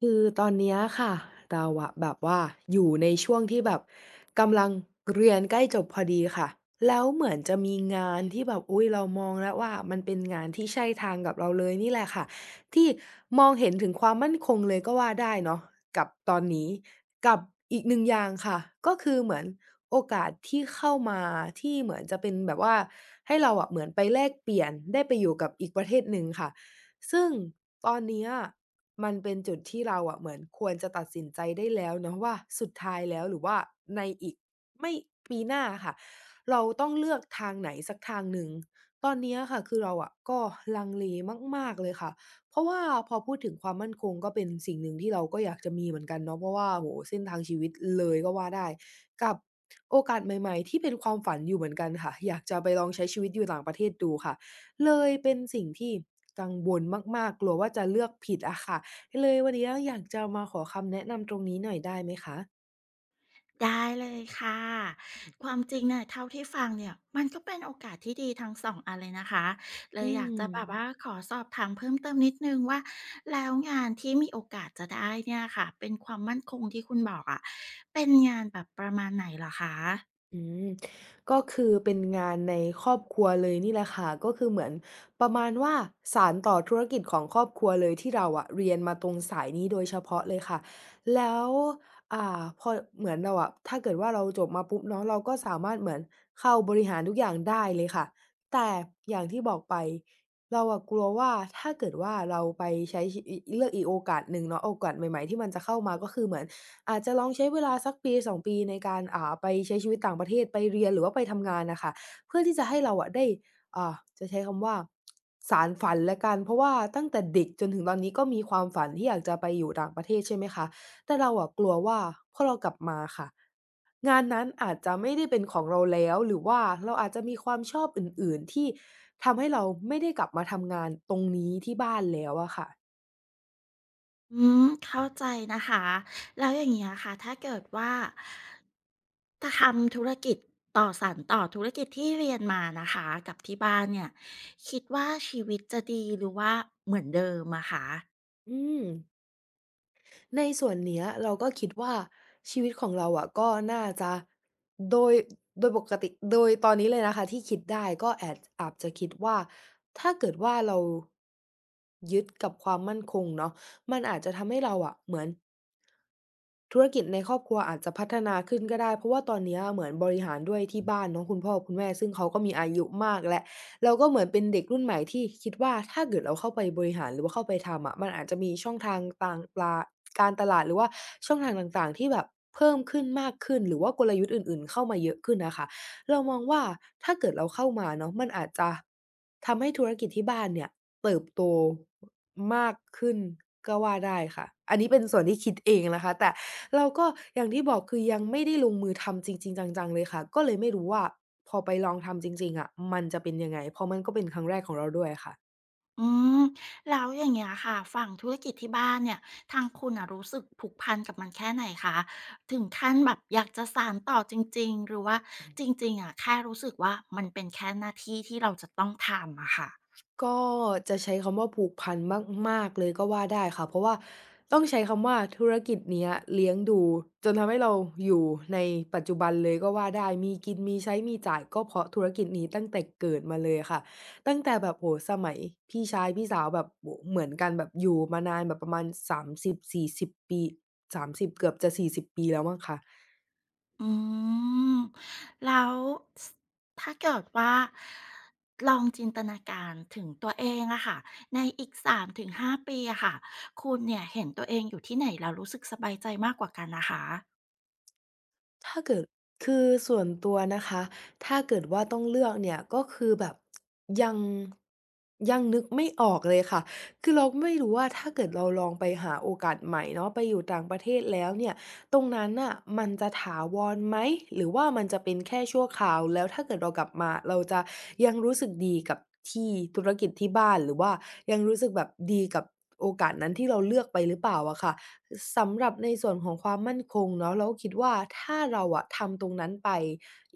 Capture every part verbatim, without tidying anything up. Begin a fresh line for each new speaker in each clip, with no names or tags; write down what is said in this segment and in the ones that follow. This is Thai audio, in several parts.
คือตอนเนี้ยค่ะเราอะแบบว่าอยู่ในช่วงที่แบบกำลังเรียนใกล้จบพอดีค่ะแล้วเหมือนจะมีงานที่แบบอุ๊ยเรามองแล้วว่ามันเป็นงานที่ใช่ทางกับเราเลยนี่แหละค่ะที่มองเห็นถึงความมั่นคงเลยก็ว่าได้เนาะกับตอนนี้กับอีกหนึ่งอย่างค่ะก็คือเหมือนโอกาสที่เข้ามาที่เหมือนจะเป็นแบบว่าให้เราอะเหมือนไปแลกเปลี่ยนได้ไปอยู่กับอีกประเทศหนึ่งค่ะ ซึ่งตอนเนี้ยมันเป็นจุดที่เราอะเหมือนควรจะตัดสินใจได้แล้วเนาะว่าสุดท้ายแล้วหรือว่าในอีกไม่ปีหน้าค่ะเราต้องเลือกทางไหนสักทางหนึ่งตอนเนี้ยค่ะคือเราอะก็ลังเลมากๆเลยค่ะเพราะว่าพอพูดถึงความมั่นคงก็เป็นสิ่งหนึ่งที่เราก็อยากจะมีเหมือนกันเนาะเพราะว่าโอ้โฮเส้นทางชีวิตเลยก็ว่าได้กับโอกาสใหม่ๆที่เป็นความฝันอยู่เหมือนกันค่ะอยากจะไปลองใช้ชีวิตอยู่ต่างประเทศดูค่ะ เลยเป็นสิ่งที่กังวลมากๆกลัวว่าจะเลือกผิดอะค่ะเลยวันนี้อยากจะมาขอคำแนะนำตรงนี้หน่อยได้ไหมคะ
ได้เลยค่ะความจริงเนี่ยเท่าที่ฟังเนี่ยมันก็เป็นโอกาสที่ดีทั้งสองอันเลยนะคะเล
อื
ยอยากจะแบบว่า
ม
ขอสอบถามเพิ่มเติมนิดนึงว่าแล้วงานที่มีโอกาสจะได้เนี่ยค่ะเป็นความมั่นคงที่คุณบอกอะเป็นงานแบบประมาณไหนเหรอคะ
อืมก็คือเป็นงานในครอบครัวเลยนี่แหละค่ะก็คือเหมือนประมาณว่าสานต่อธุรกิจของครอบครัวเลยที่เราอะเรียนมาตรงสายนี้โดยเฉพาะเลยค่ะแล้วอ่าพอเหมือนเราอะถ้าเกิดว่าเราจบมาปุ๊บเนาะเราก็สามารถเหมือนเข้าบริหารทุกอย่างได้เลยค่ะแต่อย่างที่บอกไปเราอะกลัวว่าถ้าเกิดว่าเราไปใช้ชีอิเลือกอีกโอกาสหนึ่งเนาะโอกาสใหม่ๆที่มันจะเข้ามาก็คือเหมือน อาจจะลองใช้เวลาสักปีสองปีในการอ่าไปใช้ชีวิตต่างประเทศไปเรียนหรือว่าไปทำงานน่ะค่ะเพื่อที่จะให้เราอะได้อ่าจะใช้คำว่าสานฝันแล้วกันเพราะว่าตั้งแต่เด็กจนถึงตอนนี้ก็มีความฝันที่อยากจะไปอยู่ต่างประเทศใช่ไหมคะแต่เราอะกลัวว่าพอเรากลับมาค่ะงานนั้นอาจจะไม่ได้เป็นของเราแล้วหรือว่าเราอาจจะมีความชอบอื่นๆที่ทำให้เราไม่ได้กลับมาทำงานตรงนี้ที่บ้านแล้วอะค่ะ
อืมเข้าใจนะคะแล้วอย่างเงี้ยค่ะถ้าเกิดว่าถ้าทำธุรกิจต่อสานต่อธุรกิจที่เรียนมานะคะกับที่บ้านเนี่ยคิดว่าชีวิตจะดีหรือว่าเหมือนเดิมอะคะ
อืม ในส่วนเนี้ยเราก็คิดว่าชีวิตของเราอะก็น่าจะโดยโดยปกติโดยตอนนี้เลยนะคะที่คิดได้ก็แอดอาจจะคิดว่าถ้าเกิดว่าเรายึดกับความมั่นคงเนาะมันอาจจะทำให้เราอะเหมือน ธุรกิจในครอบครัวอาจจะพัฒนาขึ้นก็ได้เพราะว่าตอนเนี้ยเหมือนบริหารด้วยที่บ้านเนาะคุณพ่อคุณแม่ซึ่งเขาก็มีอายุมากแล้วเราก็เหมือนเป็นเด็กรุ่นใหม่ที่คิดว่าถ้าเกิดเราเข้าไปบริหารหรือว่าเข้าไปทำอะมันอาจจะมีช่องทางต่างปลาการตลาดหรือว่าช่องทางต่างๆที่แบบเพิ่มขึ้นมากขึ้นหรือว่ากลยุทธ์อื่นๆเข้ามาเยอะขึ้นนะค่ะเรามองว่าถ้าเกิดเราเข้ามาเนาะมันอาจจะทำให้ธุรกิจที่บ้านเนี่ยเติบโต มากขึ้นก็ว่าได้ค่ะอันนี้เป็นส่วนที่คิดเองนะคะแต่เราก็อย่างที่บอกคือยังไม่ได้ลงมือทำจริงๆจังๆเลยค่ะก็เลยไม่รู้ว่าพอไปลองทำจริงๆอะมันจะเป็นยังไงเพราะมันก็เป็นครั้งแรกของเราด้วยค่ะ
อืมแล้วอย่างเงี้ยค่ะฝั่งธุรกิจที่บ้านเนี่ยทางคุณน่ะรู้สึกผูกพันกับมันแค่ไหนคะถึงขั้นแบบอยากจะสานต่อจริงๆหรือว่าจริงๆอะแค่รู้สึกว่ามันเป็นแค่หน้าที่ที่เราจะต้องทำอะค่ะ
ก็จะใช้คำว่าผูกพันมากๆเลยก็ว่าได้ค่ะเพราะว่าต้องใช้คำว่าธุรกิจเนี้ยเลี้ยงดูจนทำให้เราอยู่ในปัจจุบันเลยก็ว่าได้มีกินมีใช้มีจ่ายก็เพราะธุรกิจนี้ตั้งแต่เกิดมาเลยค่ะตั้งแต่แบบโอ้โฮสมัยพี่ชายพี่สาวแบบโอ้โฮเหมือนกันแบบอยู่มานานแบบประมาณสามสิบถึงสี่สิบปีสามสิบเกือบจะสี่สิบปีแล้วมั้งคะ
อืมแล้วสถ้าเกิดว่าลองจินตนาการถึงตัวเองอะค่ะในอีกสามถึงห้าปีอะค่ะคุณเนี่ยเห็นตัวเองอยู่ที่ไหนแล้วรู้สึกสบายใจมากกว่ากันนะคะ
ถ้าเกิดคือส่วนตัวนะคะถ้าเกิดว่าต้องเลือกเนี่ยก็คือแบบยังยังนึกไม่ออกเลยค่ะคือเราไม่รู้ว่าถ้าเกิดเราลองไปหาโอกาสใหม่เนาะไปอยู่ต่างประเทศแล้วเนี่ยตรงนั้นน่ะมันจะถาวรไหมหรือว่ามันจะเป็นแค่ชั่วคราวแล้วถ้าเกิดเรากลับมาเราจะยังรู้สึกดีกับที่ธุรกิจที่บ้านหรือว่ายังรู้สึกแบบดีกับโอกาสนั้นที่เราเลือกไปหรือเปล่าอะค่ะ สำหรับในส่วนของความมั่นคงเนาะเราก็คิดว่าถ้าเราอะทำตรงนั้นไป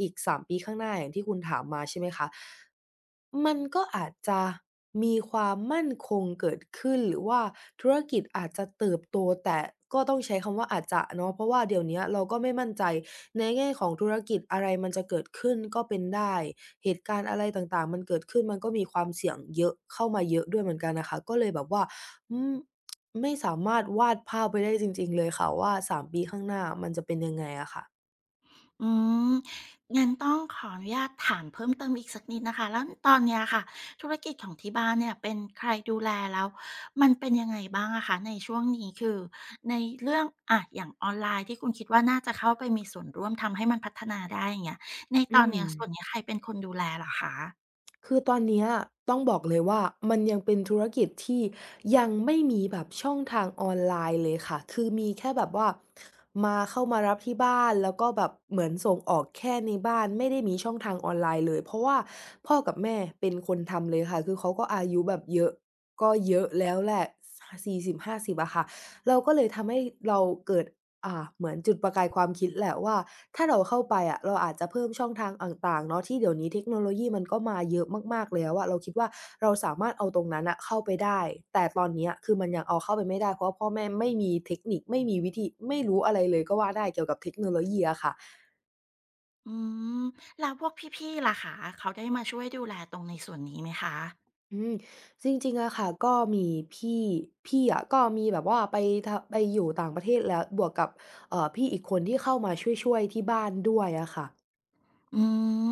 อีกสามปีข้างหน้าอย่างที่คุณถามมาใช่ไหมคะมันก็อาจจะมีความมั่นคงเกิดขึ้นหรือว่าธุรกิจอาจจะเติบโตแต่ก็ต้องใช้คำว่าอาจจะเนาะเพราะว่าเดี๋ยวเนี้ยเราก็ไม่มั่นใจในแง่ของธุรกิจอะไรมันจะเกิดขึ้นก็เป็นได้เหตุการณ์อะไรต่างๆมันเกิดขึ้นมันก็มีความเสี่ยงเยอะเข้ามาเยอะด้วยเหมือนกันน่ะค่ะก็เลยแบบว่าอืม ไม่สามารถวาดภาพไว้ได้จริงๆเลยค่ะว่าสามปีข้างหน้ามันจะเป็นยังไงอะค่ะ
อืมงั้นต้องขออนุญาตถามเพิ่มเติมอีกสักนิดนะคะแล้วตอนเนี้ยค่ะธุรกิจของที่บ้านเนี่ยเป็นใครดูแลแล้วมันเป็นยังไงบ้างอะคะในช่วงนี้คือในเรื่องอะอย่างออนไลน์ที่คุณคิดว่าน่าจะเข้าไปมีส่วนร่วมทำให้มันพัฒนาได้อย่างเงี้ยใน
อื
ตอน
ม
เนี้ยส่วนเนี้ยใครเป็นคนดูแลเหรอคะ
คือตอนเนี้ยต้องบอกเลยว่ามันยังเป็นธุรกิจที่ยังไม่มีแบบช่องทางออนไลน์เลยค่ะคือมีแค่แบบว่ามาเข้ามารับที่บ้านแล้วก็แบบเหมือนส่งออกแค่ในบ้านไม่ได้มีช่องทางออนไลน์เลยเพราะว่าพ่อกับแม่เป็นคนทำเลยค่ะคือเขาก็อายุแบบเยอะก็เยอะแล้วแหละสสี่สิบห้าสิบอะค่ะเราก็เลยทำให้เราเกิด อ่าเหมือนจุดประกายความคิดแหละว่าถ้าเราเข้าไปอะเราอาจจะเพิ่มช่องทางต่างๆเนาะที่เดี๋ยวนี้เทคโนโลยีมันก็มาเยอะมากๆแล้วอะเราคิดว่าเราสามารถเอาตรงนั้นน่ะเข้าไปได้แต่ตอนเนี้ยคือมันยังเอาเข้าไปไม่ได้เพราะว่าพ่อแม่ไม่มีเทคนิคไม่มีวิธีไม่รู้อะไรเลยก็ว่าได้เกี่ยวกับเทคโนโลยีอะค่ะ
อืมแล้วพวกพี่ๆล่ะคะเขาได้มาช่วยดูแลตรงในส่วนนี้ไหมคะ
อืมจริงๆอะค่ะก็มีพี่พี่อะก็มีแบบว่าไปทไปอยู่ต่างประเทศแล้วบวกกับเอ่อพี่อีกคนที่เข้ามาช่วยๆที่บ้านด้วยอะค่ะ
อืม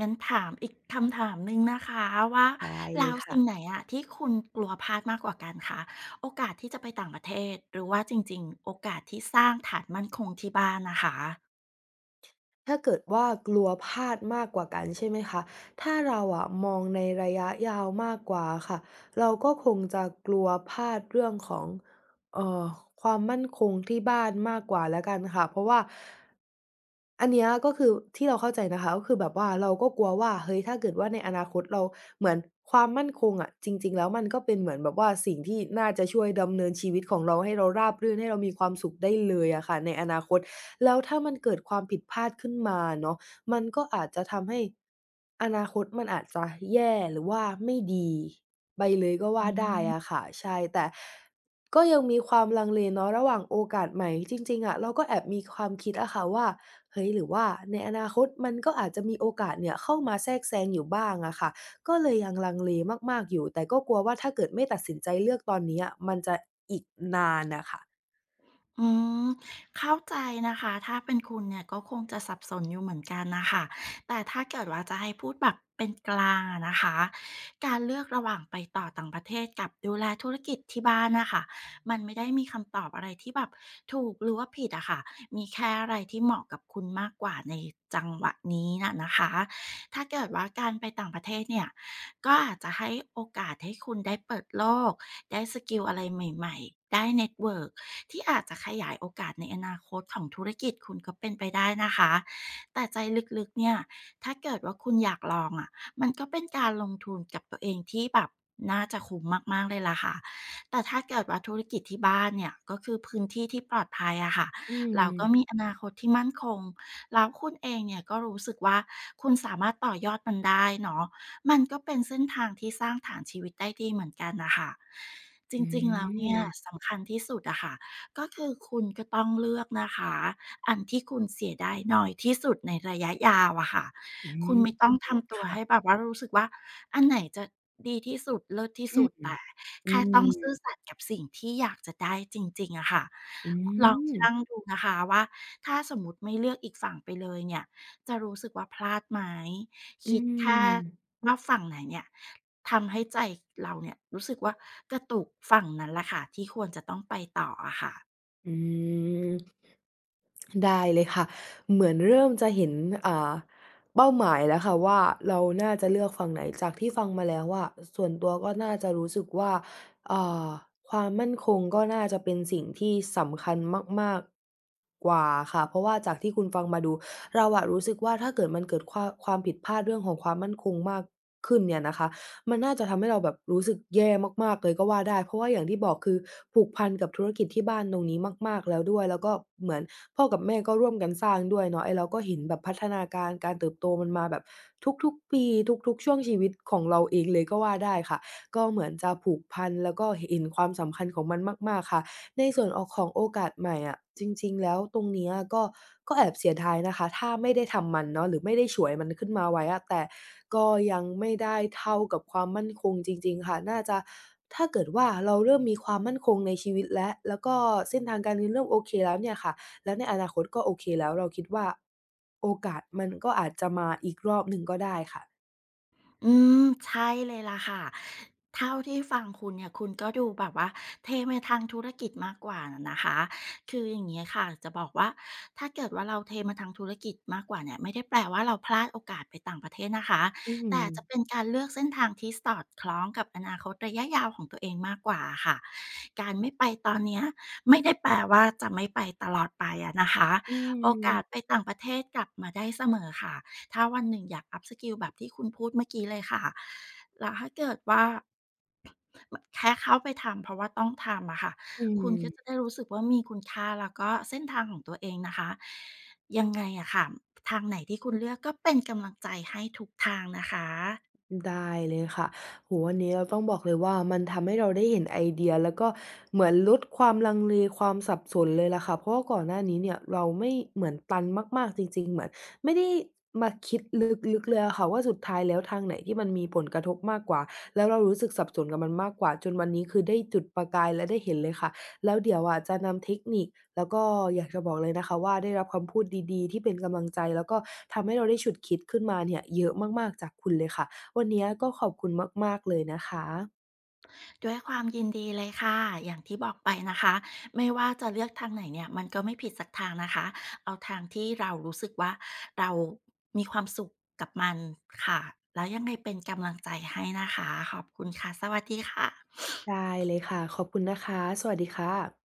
งั้นถามอีกคำถามหนึ่งนะคะว่า
ได้เล
แล้ว
ยค่ะ
สิ่งไหนอะที่คุณกลัวพลาดมากกว่ากันคะโอกาสที่จะไปต่างประเทศหรือว่าจริงๆโอกาสที่สร้างฐานมั่นคงที่บ้านนะคะ
ถ้าเกิดว่ากลัวพลาดมากกว่ากันใช่ไหมคะถ้าเราอะมองในระยะยาวมากกว่าค่ะเราก็คงจะกลัวพลาดเรื่องของเอ่อความมั่นคงที่บ้านมากกว่าแล้วกันค่ะเพราะว่าอันเนี้ยก็คือที่เราเข้าใจนะคะก็คือแบบว่าเราก็กลัวว่าเฮ้ยถ้าเกิดว่าในอนาคตเราเหมือนความมั่นคงอะจริงๆแล้วมันก็เป็นเหมือนแบบว่าสิ่งที่น่าจะช่วยดำเนินชีวิตของเราให้เราราบรื่นให้เรามีความสุขได้เลยอะค่ะในอนาคต แล้วถ้ามันเกิดความผิดพลาดขึ้นมาเนาะมันก็อาจจะทำให้อนาคตมันอาจจะแย่หรือว่าไม่ดีไปเลยก็ว่าได้อะค่ะใช่แต่ก็ยังมีความลังเลเนาะระหว่างโอกาสใหม่จริงๆอะเราก็แอบมีความคิดอะค่ะว่าเฮ้ยหรือว่าในอนาคตมันก็อาจจะมีโอกาสเนี่ยเข้ามาแทรกแซงอยู่บ้างอะค่ะก็เลยยังลังเลมากๆอยู่แต่ก็กลัวว่าถ้าเกิดไม่ตัดสินใจเลือกตอนนี้อะมันจะอีกนานน่ะค่ะ
อืมเข้าใจนะคะถ้าเป็นคุณเนี่ยก็คงจะสับสนอยู่เหมือนกันนะคะแต่ถ้าเกิดว่าจะให้พูดแบบเป็นกลางอะนะคะการเลือกระหว่างไปต่อต่างประเทศกับดูแลธุรกิจที่บ้านนะคะมันไม่ได้มีคำตอบอะไรที่แบบถูกหรือว่าผิดอะค่ะมีแค่อะไรที่เหมาะกับคุณมากกว่าในจังหวะนี้น่ะนะคะถ้าเกิดว่าการไปต่างประเทศเนี่ย ก็อาจจะให้โอกาสให้คุณได้เปิดโลก ได้สกิลอะไรใหม่ๆได้เน็ตเวิร์กที่อาจจะขยายโอกาสในอนาคตของธุรกิจคุณก็เป็นไปได้นะคะแต่ใจลึกๆเนี่ย ถ้าเกิดว่าคุณอยากลองอ่ะมันก็เป็นการลงทุนกับตัวเองที่แบบน่าจะคุ้มมากๆเลยล่ะค่ะแต่ถ้าเกิดว่าธุรกิจที่บ้านเนี่ยก็คือพื้นที่ที่ปลอดภัยอะค่ะ
อืม
เราก็มีอนาคตที่มั่นคงแล้วคุณเองเนี่ยก็รู้สึกว่าคุณสามารถต่อยอดมันได้เนาะ มันก็เป็นเส้นทางที่สร้างฐานชีวิตได้ดีเหมือนกันนะคะจ
อื
ริงๆแล้วเนี่ย
ม
สำคัญที่สุดอะค่ะก็คือคุณก็ต้องเลือกนะคะอันที่คุณเสียดายน้อยที่สุดในระยะยาวอะค่ะ
อื
คุณ
ม
ไม่ต้องทำตัวให้แบ
ค่ะ
บว่ารู้สึกว่าอันไหนจะดีที่สุดเลิศที่
อื
สุ
ม
ดแต่
อื
แค่ต้อง
ม
ซื่อสัตย์กับสิ่งที่อยากจะได้จริงๆอะค่ะ
อื
ลอง
ม
ชั่งดูนะคะว่าถ้าสมมุติไม่เลือกอีกฝั่งไปเลยเนี่ยจะรู้สึกว่าพลาดไหม
อื
คิดแค่
ม
ว่าฝั่งไหนเนี่ยทำให้ใจเราเนี่ยรู้สึกว่ากระตุกฝั่งนั้นแหละค่ะที่ควรจะต้องไปต่ออะค่ะ
อืมได้เลยค่ะเหมือนเริ่มจะเห็นอ่าเป้าหมายแล้วค่ะว่าเราน่าจะเลือกฝั่งไหนจากที่ฟังมาแล้วอะส่วนตัวก็น่าจะรู้สึกว่าอ่าความมั่นคงก็น่าจะเป็นสิ่งที่สำคัญมากๆกว่าค่ะเพราะว่าจากที่คุณฟังมาดูเราอะรู้สึกว่าถ้าเกิดมันเกิดความความผิดพลาดเรื่องของความมั่นคงมากขึ้นเนี่ยนะคะ มันน่าจะทำให้เราแบบรู้สึกแย่มากๆเลยก็ว่าได้เพราะว่าอย่างที่บอกคือผูกพันกับธุรกิจที่บ้านตรงนี้มากๆแล้วด้วยแล้วก็เหมือนพ่อกับแม่ก็ร่วมกันสร้างด้วยเนาะไอ้เราก็เห็นแบบพัฒนาการการเติบโตมันมาแบบทุกๆปีทุกๆช่วงชีวิตของเราเองเลยก็ว่าได้ค่ะก็เหมือนจะผูกพันแล้วก็หเห็นความสำคัญของมันมากๆค่ะ ในส่วนออกของโอกาสใหม่อะจริงๆแล้วตรงเนี้ยก็ก็แอบเสียดายนะคะถ้าไม่ได้ทำมันเนาะหรือไม่ได้ฉวยมันขึ้นมาไว้อะแต่ก็ยังไม่ได้เท่ากับความมั่นคงจริงๆค่ะน่าจะถ้าเกิดว่าเราเริ่มมีความมั่นคงในชีวิตแล้วแล้วก็เส้นทางการเงินเริ่มโอเคแล้วเนี่ยค่ะแล้วในอนาคตก็โอเคแล้วเราคิดว่าโอกาสมันก็อาจจะมาอีกรอบหนึ่งก็ได้ค่ะ
อืมใช่เลยล่ะค่ะเท่าที่ฟังคุณเนี่ยคุณก็ดูแบบว่าเทไปทางธุรกิจมากกว่านะคะคืออย่างนี้ค่ะจะบอกว่าถ้าเกิดว่าเราเทมาทางธุรกิจมากกว่าเนี่ยไม่ได้แปลว่าเราพลาดโอกาสไปต่างประเทศนะคะ
อืม
แต่จะเป็นการเลือกเส้นทางที่สอดคล้องกับอนาคตระยะยาวของตัวเองมากกว่าค่ะการไม่ไปตอนเนี้ยไม่ได้แปลว่าจะไม่ไปตลอดไปอะนะคะ
อื
โอกาสไป
ม
ต่างประเทศกลับมาได้เสมอค่ะ ถ้าวันหนึ่งอยาก อัพสกิล แบบที่คุณพูดเมื่อกี้เลยค่ะ แล้วถ้าเกิดว่า แค่เข้าไปทำเพราะว่าต้องทำอะค่ะ
อื
คุณก็จะ
ม
ได้รู้สึกว่ามีคุณค่าแล้วก็เส้นทางของตัวเองนะคะ ยังไงอะค่ะทางไหนที่คุณเลือกก็เป็นกำลังใจให้ทุกทางนะคะ
ได้เลยค่ะโอวันนี้เราต้องบอกเลยว่ามันทำให้เราได้เห็นไอเดียแล้วก็เหมือนลดความลังเลความสับสนเลยล่ะค่ะ เพราะว่าก่อนหน้านี้เนี่ยเราไม่เหมือนตันมากๆจริงๆเหมือนไม่ได้มาคิดลึกๆเลยอะค่ะว่าสุดท้ายแล้วทางไหนที่มันมีผลกระทบมากกว่าแล้วเรารู้สึกสับสนกับมันมากกว่าจนวันนี้คือได้จุดประกายและได้เห็นเลยค่ะแล้วเดี๋ยวอะจะนำเทคนิคแล้วก็อยากจะบอกเลยนะคะว่าได้รับคำพูดดีๆที่เป็นกำลังใจแล้วก็ทำให้เราได้ฉุกคิดขึ้นมาเนี่ยเยอะมากๆจากคุณเลยค่ะ วันนี้ก็ขอบคุณมากๆเลยนะคะ
ด้วยความยินดีเลยค่ะอย่างที่บอกไปนะคะไม่ว่าจะเลือกทางไหนเนี่ยมันก็ไม่ผิดสักทางนะคะเอาทางที่เรารู้สึกว่าเรามีความสุขกับมันค่ะแล้วยังไงเป็นกำลังใจให้นะคะขอบคุณค่ะสวัสดีค่ะ
ได้เลยค่ะ ขอบคุณนะคะ สวัสดีค่ะ